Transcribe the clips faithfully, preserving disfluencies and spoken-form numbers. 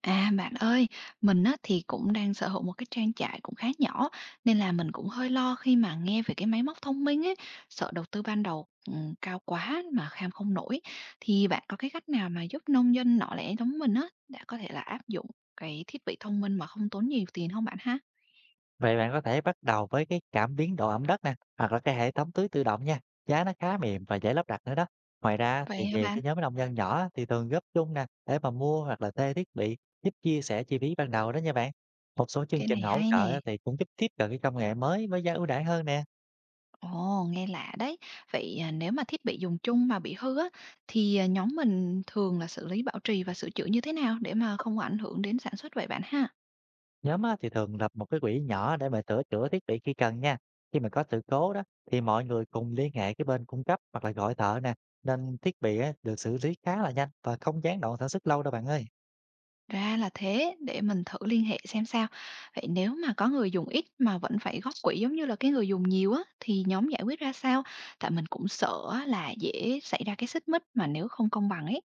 À, bạn ơi, mình á, thì cũng đang sở hữu một cái trang trại cũng khá nhỏ nên là mình cũng hơi lo khi mà nghe về cái máy móc thông minh ấy, sợ đầu tư ban đầu ừm, cao quá mà kham không nổi. Thì bạn có cái cách nào mà giúp nông dân nhỏ lẻ giống mình á đã có thể là áp dụng cái thiết bị thông minh mà không tốn nhiều tiền không bạn ha? Vậy bạn có thể bắt đầu với cái cảm biến độ ẩm đất nè, hoặc là cái hệ thống tưới tự động nha, giá nó khá mềm và dễ lắp đặt nữa đó. Ngoài ra Vậy thì hả nhiều bạn? cái nhóm nông dân nhỏ thì thường góp chung nè để mà mua hoặc là thuê thiết bị, giúp chia sẻ chi phí ban đầu đó nha bạn. Một số chương Cái trình này hỗ hay nè. trợ á, thì cũng giúp tiếp cận cái công nghệ mới với giá ưu đãi hơn nè. Ồ, nghe lạ đấy. Vậy à, nếu mà thiết bị dùng chung mà bị hư á thì à, nhóm mình thường là xử lý bảo trì và sửa chữa như thế nào để mà không ảnh hưởng đến sản xuất vậy bạn ha? Nhóm á, thì thường lập một cái quỹ nhỏ để mà sửa chữa thiết bị khi cần nha. Khi mà có sự cố đó, thì mọi người cùng liên hệ cái bên cung cấp hoặc là gọi thợ nè, nên thiết bị á, được xử lý khá là nhanh và không gián đoạn sản xuất lâu đâu bạn ơi. Ra là thế, để mình thử liên hệ xem sao. Vậy nếu mà có người dùng ít mà vẫn phải góp quỹ giống như là cái người dùng nhiều á, thì nhóm giải quyết ra sao? Tại mình cũng sợ á là dễ xảy ra cái xích mích mà nếu không công bằng ấy.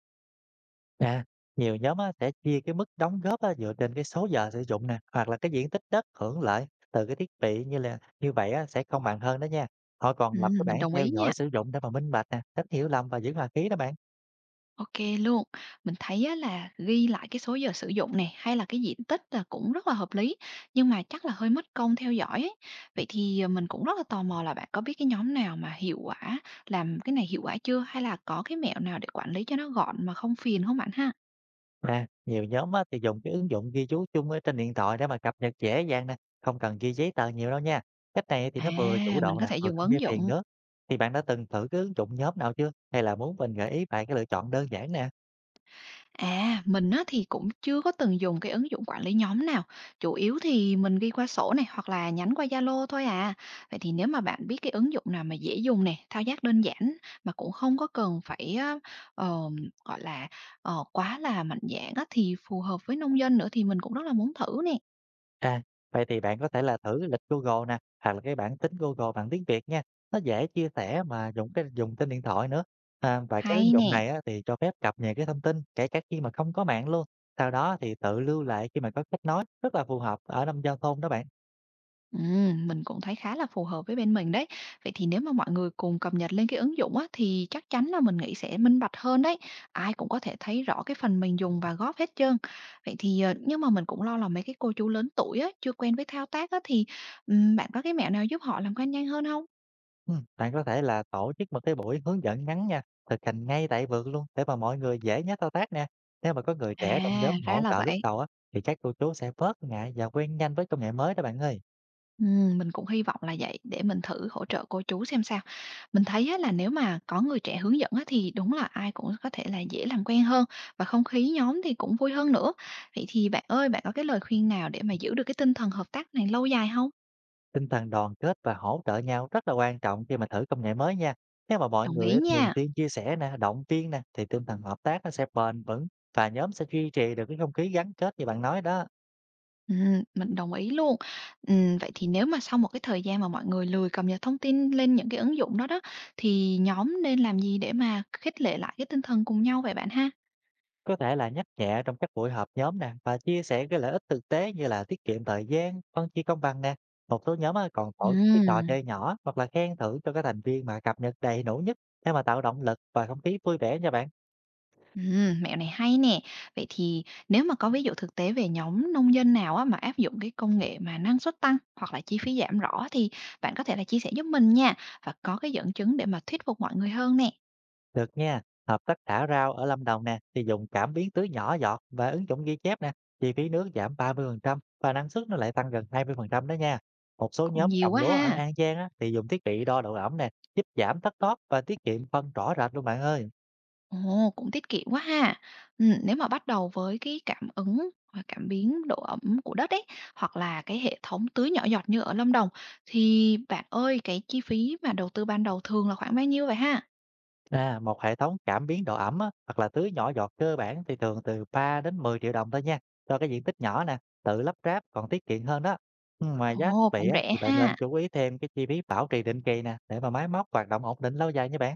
À, nhiều nhóm á, sẽ chia cái mức đóng góp á, dựa trên cái số giờ sử dụng nè, hoặc là cái diện tích đất hưởng lợi từ cái thiết bị, như là như vậy á, sẽ công bằng hơn đó nha. Họ Ừ, còn lập cái mình bảng đồng theo ý dõi nha. sử dụng để mà minh bạch nè, tránh hiểu lầm và giữ hòa khí đó bạn. OK luôn. Mình thấy á là ghi lại cái số giờ sử dụng này hay là cái diện tích là cũng rất là hợp lý, nhưng mà chắc là hơi mất công theo dõi ấy. Vậy thì, ờ, mình cũng rất là tò mò là bạn có biết cái nhóm nào mà hiệu quả làm cái này hiệu quả chưa? Hay là có cái mẹo nào để quản lý cho nó gọn mà không phiền không bạn ha? À, nhiều nhóm á, thì dùng cái ứng dụng ghi chú chung ở trên điện thoại để mà cập nhật dễ dàng nè, không cần ghi giấy tờ nhiều đâu nha. Cách này thì À, nó vừa chủ mình động có nè, thể vừa dùng không gây ứng phiền dụng. nữa. Thì bạn đã từng thử cái ứng dụng nhóm nào chưa, hay là muốn mình gợi ý bạn cái lựa chọn đơn giản nè? À, mình á thì cũng chưa có từng dùng cái ứng dụng quản lý nhóm nào, chủ yếu thì mình ghi qua sổ này hoặc là nhắn qua Zalo thôi à. Vậy thì nếu mà bạn biết cái ứng dụng nào mà dễ dùng nè, thao tác đơn giản mà cũng không có cần phải á, ờm, gọi là ờ, quá là mạnh dạn á thì phù hợp với nông dân nữa thì mình cũng rất là muốn thử nè. À, vậy thì bạn có thể là thử lịch Google nè, hoặc là cái bảng tính Google bằng tiếng Việt nha. Nó dễ chia sẻ mà dùng cái dùng trên điện thoại nữa. À, và cái ứng Hay dụng nè. này á, thì cho phép cập nhật cái thông tin kể cả khi mà không có mạng luôn. Sau đó thì tự lưu lại khi mà có kết nối, rất là phù hợp ở nông giao thôn đó bạn. Ừm, mình cũng thấy khá là phù hợp với bên mình đấy. Vậy thì nếu mà mọi người cùng cập nhật lên cái ứng dụng á, thì chắc chắn là mình nghĩ sẽ minh bạch hơn đấy. Ai cũng có thể thấy rõ cái phần mình dùng và góp hết trơn. Vậy thì ờ, nhưng mà mình cũng lo là mấy cái cô chú lớn tuổi á, chưa quen với thao tác á, thì ừm, bạn có cái mẹo nào giúp họ làm quen nhanh hơn không? Ừ, bạn có thể là tổ chức một cái buổi hướng dẫn ngắn nha, thực hành ngay tại vườn luôn để mà mọi người dễ nhớ thao tác nè. Nếu mà có người trẻ trong À, nhóm ra hỗ là trợ lúc vậy. đầu á, thì các cô chú sẽ bớt ngại và quen nhanh với công nghệ mới đó bạn ơi. Ừm, mình cũng hy vọng là vậy để mình thử hỗ trợ cô chú xem sao. Mình thấy á, là nếu mà có người trẻ hướng dẫn á, thì đúng là ai cũng có thể là dễ làm quen hơn và không khí nhóm thì cũng vui hơn nữa. Vậy thì bạn ơi, bạn có cái lời khuyên nào để mà giữ được cái tinh thần hợp tác này lâu dài không? Tinh thần đoàn kết và hỗ trợ nhau rất là quan trọng khi mà thử công nghệ mới nha. Nếu mà mọi Đồng người ý á thường nha. xuyên chia sẻ nè, động viên nè, thì tinh thần hợp tác nó sẽ bền vững, và nhóm sẽ duy trì được cái không khí gắn kết như bạn nói đó. Ừm, mình đồng ý luôn. Ừm, vậy thì nếu mà sau một cái thời gian mà mọi người lười cập nhật thông tin lên những cái ứng dụng đó đó, thì nhóm nên làm gì để mà khích lệ lại cái tinh thần cùng nhau vậy bạn ha? Có thể là nhắc nhẹ trong các buổi họp nhóm nè, và chia sẻ cái lợi ích thực tế như là tiết kiệm thời gian, phân chia công bằng nè. Một số nhóm á còn tổ chức cái trò Ừm. chơi nhỏ, hoặc là khen thưởng cho các thành viên mà cập nhật đầy đủ nhất, để mà tạo động lực và không khí vui vẻ nha bạn. Ừm, mẹo này hay nè. Vậy thì nếu mà có ví dụ thực tế về nhóm nông dân nào á mà áp dụng cái công nghệ mà năng suất tăng hoặc là chi phí giảm rõ thì bạn có thể là chia sẻ giúp mình nha, và có cái dẫn chứng để mà thuyết phục mọi người hơn nè. Được nha, hợp tác thả rau ở Lâm Đồng nè thì dùng cảm biến tưới nhỏ giọt và ứng dụng ghi chép nè, chi phí nước giảm ba mươi phần trăm, và năng suất nó lại tăng gần hai mươi phần trăm đó nha. Một số Cũng nhóm nhiều trồng quá lúa ở ha. An Giang á, thì dùng thiết bị đo độ ẩm nè, giúp giảm thất thoát và tiết kiệm phân rõ rệt luôn bạn ơi. Ồ, cũng tiết kiệm quá ha. Ừm, nếu mà bắt đầu với cái cảm ứng và cảm biến độ ẩm của đất ấy, hoặc là cái hệ thống tưới nhỏ giọt như ở Lâm Đồng thì bạn ơi, cái chi phí mà đầu tư ban đầu thường là khoảng bao nhiêu vậy ha? À, một hệ thống cảm biến độ ẩm á, hoặc là tưới nhỏ giọt cơ bản thì thường từ ba đến mười triệu đồng thôi nha, cho cái diện tích nhỏ nè, tự lắp ráp còn tiết kiệm hơn đó. Ừ, ngoài giá thiết Ồ, bị cũng á, rẻ thì bạn nên ha. chú ý thêm cái chi phí bảo trì định kỳ nè, để mà máy móc hoạt động ổn định lâu dài nha bạn.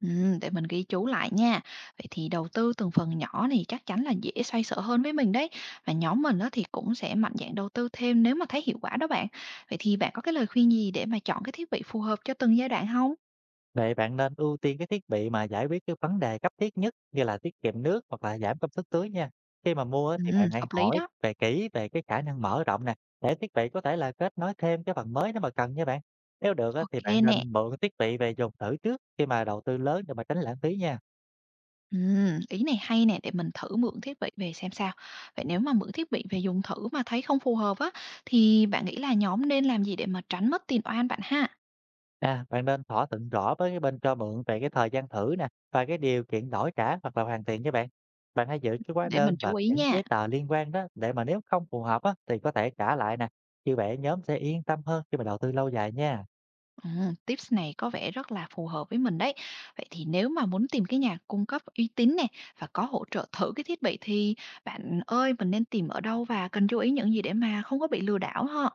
Ừm, để mình ghi chú lại nha. Vậy thì đầu tư từng phần nhỏ thì chắc chắn là dễ xoay sở hơn với mình đấy. Và nhóm mình đó thì cũng sẽ mạnh dạn đầu tư thêm nếu mà thấy hiệu quả đó bạn. Vậy thì bạn có cái lời khuyên gì để mà chọn cái thiết bị phù hợp cho từng giai đoạn không? Vậy bạn nên ưu tiên cái thiết bị mà giải quyết cái vấn đề cấp thiết nhất, như là tiết kiệm nước hoặc là giảm công suất tưới nha. Khi mà mua á, thì Ừm, bạn hãy hợp lý hỏi đó. về kỹ về cái khả năng mở rộng nè, để thiết bị có thể là kết nối thêm cái phần mới nếu mà cần nha bạn. Nếu được á, thì Ok bạn nè. nên mượn thiết bị về dùng thử trước khi mà đầu tư lớn, để mà tránh lãng phí nha. Ừm, ý này hay nè, để mình thử mượn thiết bị về xem sao. Vậy nếu mà mượn thiết bị về dùng thử mà thấy không phù hợp á, thì bạn nghĩ là nhóm nên làm gì để mà tránh mất tiền oan bạn ha? À, bạn nên thỏa thuận rõ với cái bên cho mượn về cái thời gian thử nè, và cái điều kiện đổi trả hoặc là hoàn tiền nha bạn. Bạn hãy giữ cái hóa Để mình đơn và chú ý những nha. giấy tờ liên quan đó, để mà nếu không phù hợp á, thì có thể trả lại nè. Như vậy nhóm sẽ yên tâm hơn khi mà đầu tư lâu dài nha. Ừm, tips này có vẻ rất là phù hợp với mình đấy. Vậy thì nếu mà muốn tìm cái nhà cung cấp uy tín này và có hỗ trợ thử cái thiết bị thì bạn ơi mình nên tìm ở đâu và cần chú ý những gì để mà không có bị lừa đảo ha?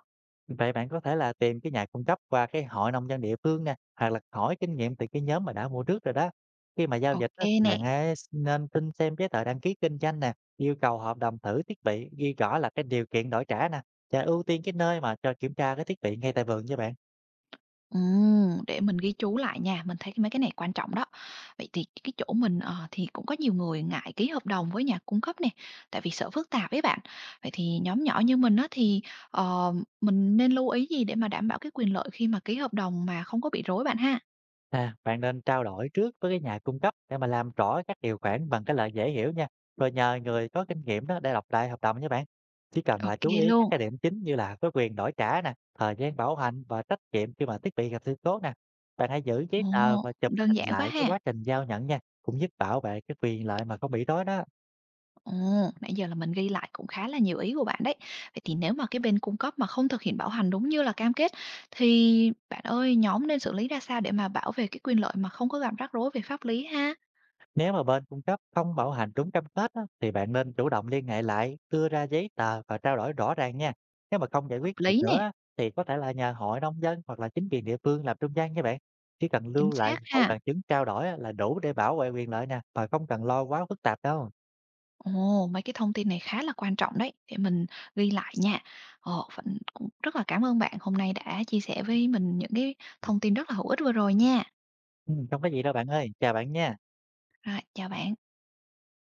Vậy bạn có thể là tìm cái nhà cung cấp qua cái hội nông dân địa phương nè, hoặc là hỏi kinh nghiệm từ cái nhóm mà đã mua trước rồi đó. Khi mà giao dịch Ok á, thì nè. bạn hãy nên xin xem giấy tờ đăng ký kinh doanh nè, yêu cầu hợp đồng thử thiết bị, ghi rõ là cái điều kiện đổi trả nè, và ưu tiên cái nơi mà cho kiểm tra cái thiết bị ngay tại vườn nha bạn. Ừm, để mình ghi chú lại nha, mình thấy mấy cái này quan trọng đó. Vậy thì cái chỗ mình ờ, thì cũng có nhiều người ngại ký hợp đồng với nhà cung cấp này, tại vì sợ phức tạp ấy bạn. Vậy thì nhóm nhỏ như mình á thì ờ, mình nên lưu ý gì để mà đảm bảo cái quyền lợi khi mà ký hợp đồng mà không có bị rối bạn ha? À, bạn nên trao đổi trước với cái nhà cung cấp để mà làm rõ các điều khoản bằng cái lời dễ hiểu nha. Rồi nhờ người có kinh nghiệm đó để đọc lại hợp đồng nha bạn. Chỉ cần Ô là chú kê ý các luôn. cái điểm chính, như là có quyền đổi trả nè, thời gian bảo hành và trách nhiệm khi mà thiết bị gặp sự cố nè. Bạn hãy giữ giấy Ồ, tờ và chụp cũng đơn hình giản quá lại cái ha. quá trình giao nhận nha, cũng giúp bảo vệ cái quyền lợi mà không bị rối đó. Ồ, nãy giờ là mình ghi lại cũng khá là nhiều ý của bạn đấy. Vậy thì nếu mà cái bên cung cấp mà không thực hiện bảo hành đúng như là cam kết, thì bạn ơi, nhóm nên xử lý ra sao để mà bảo vệ cái quyền lợi mà không có gặp rắc rối về pháp lý ha? Nếu mà bên cung cấp không bảo hành đúng cam kết á, thì bạn nên chủ động liên hệ lại, đưa ra giấy tờ và trao đổi rõ ràng nha. Nếu mà không giải Hợp quyết được lý nữa nè, á, thì có thể là nhờ hội nông dân hoặc là chính quyền địa phương làm trung gian nha bạn. Chỉ cần chính lưu lại xác mọi ha. bằng chứng trao đổi á, là đủ để bảo vệ quyền lợi nè, mà không cần lo quá phức tạp đâu. Ồ, mấy cái thông tin này khá là quan trọng đấy, để mình ghi lại nha. Ồ, vẫn cũng rất là cảm ơn bạn hôm nay đã chia sẻ với mình những cái thông tin rất là hữu ích vừa rồi nha. Ừ, không có gì đâu bạn ơi, chào bạn nha. Rồi, chào bạn.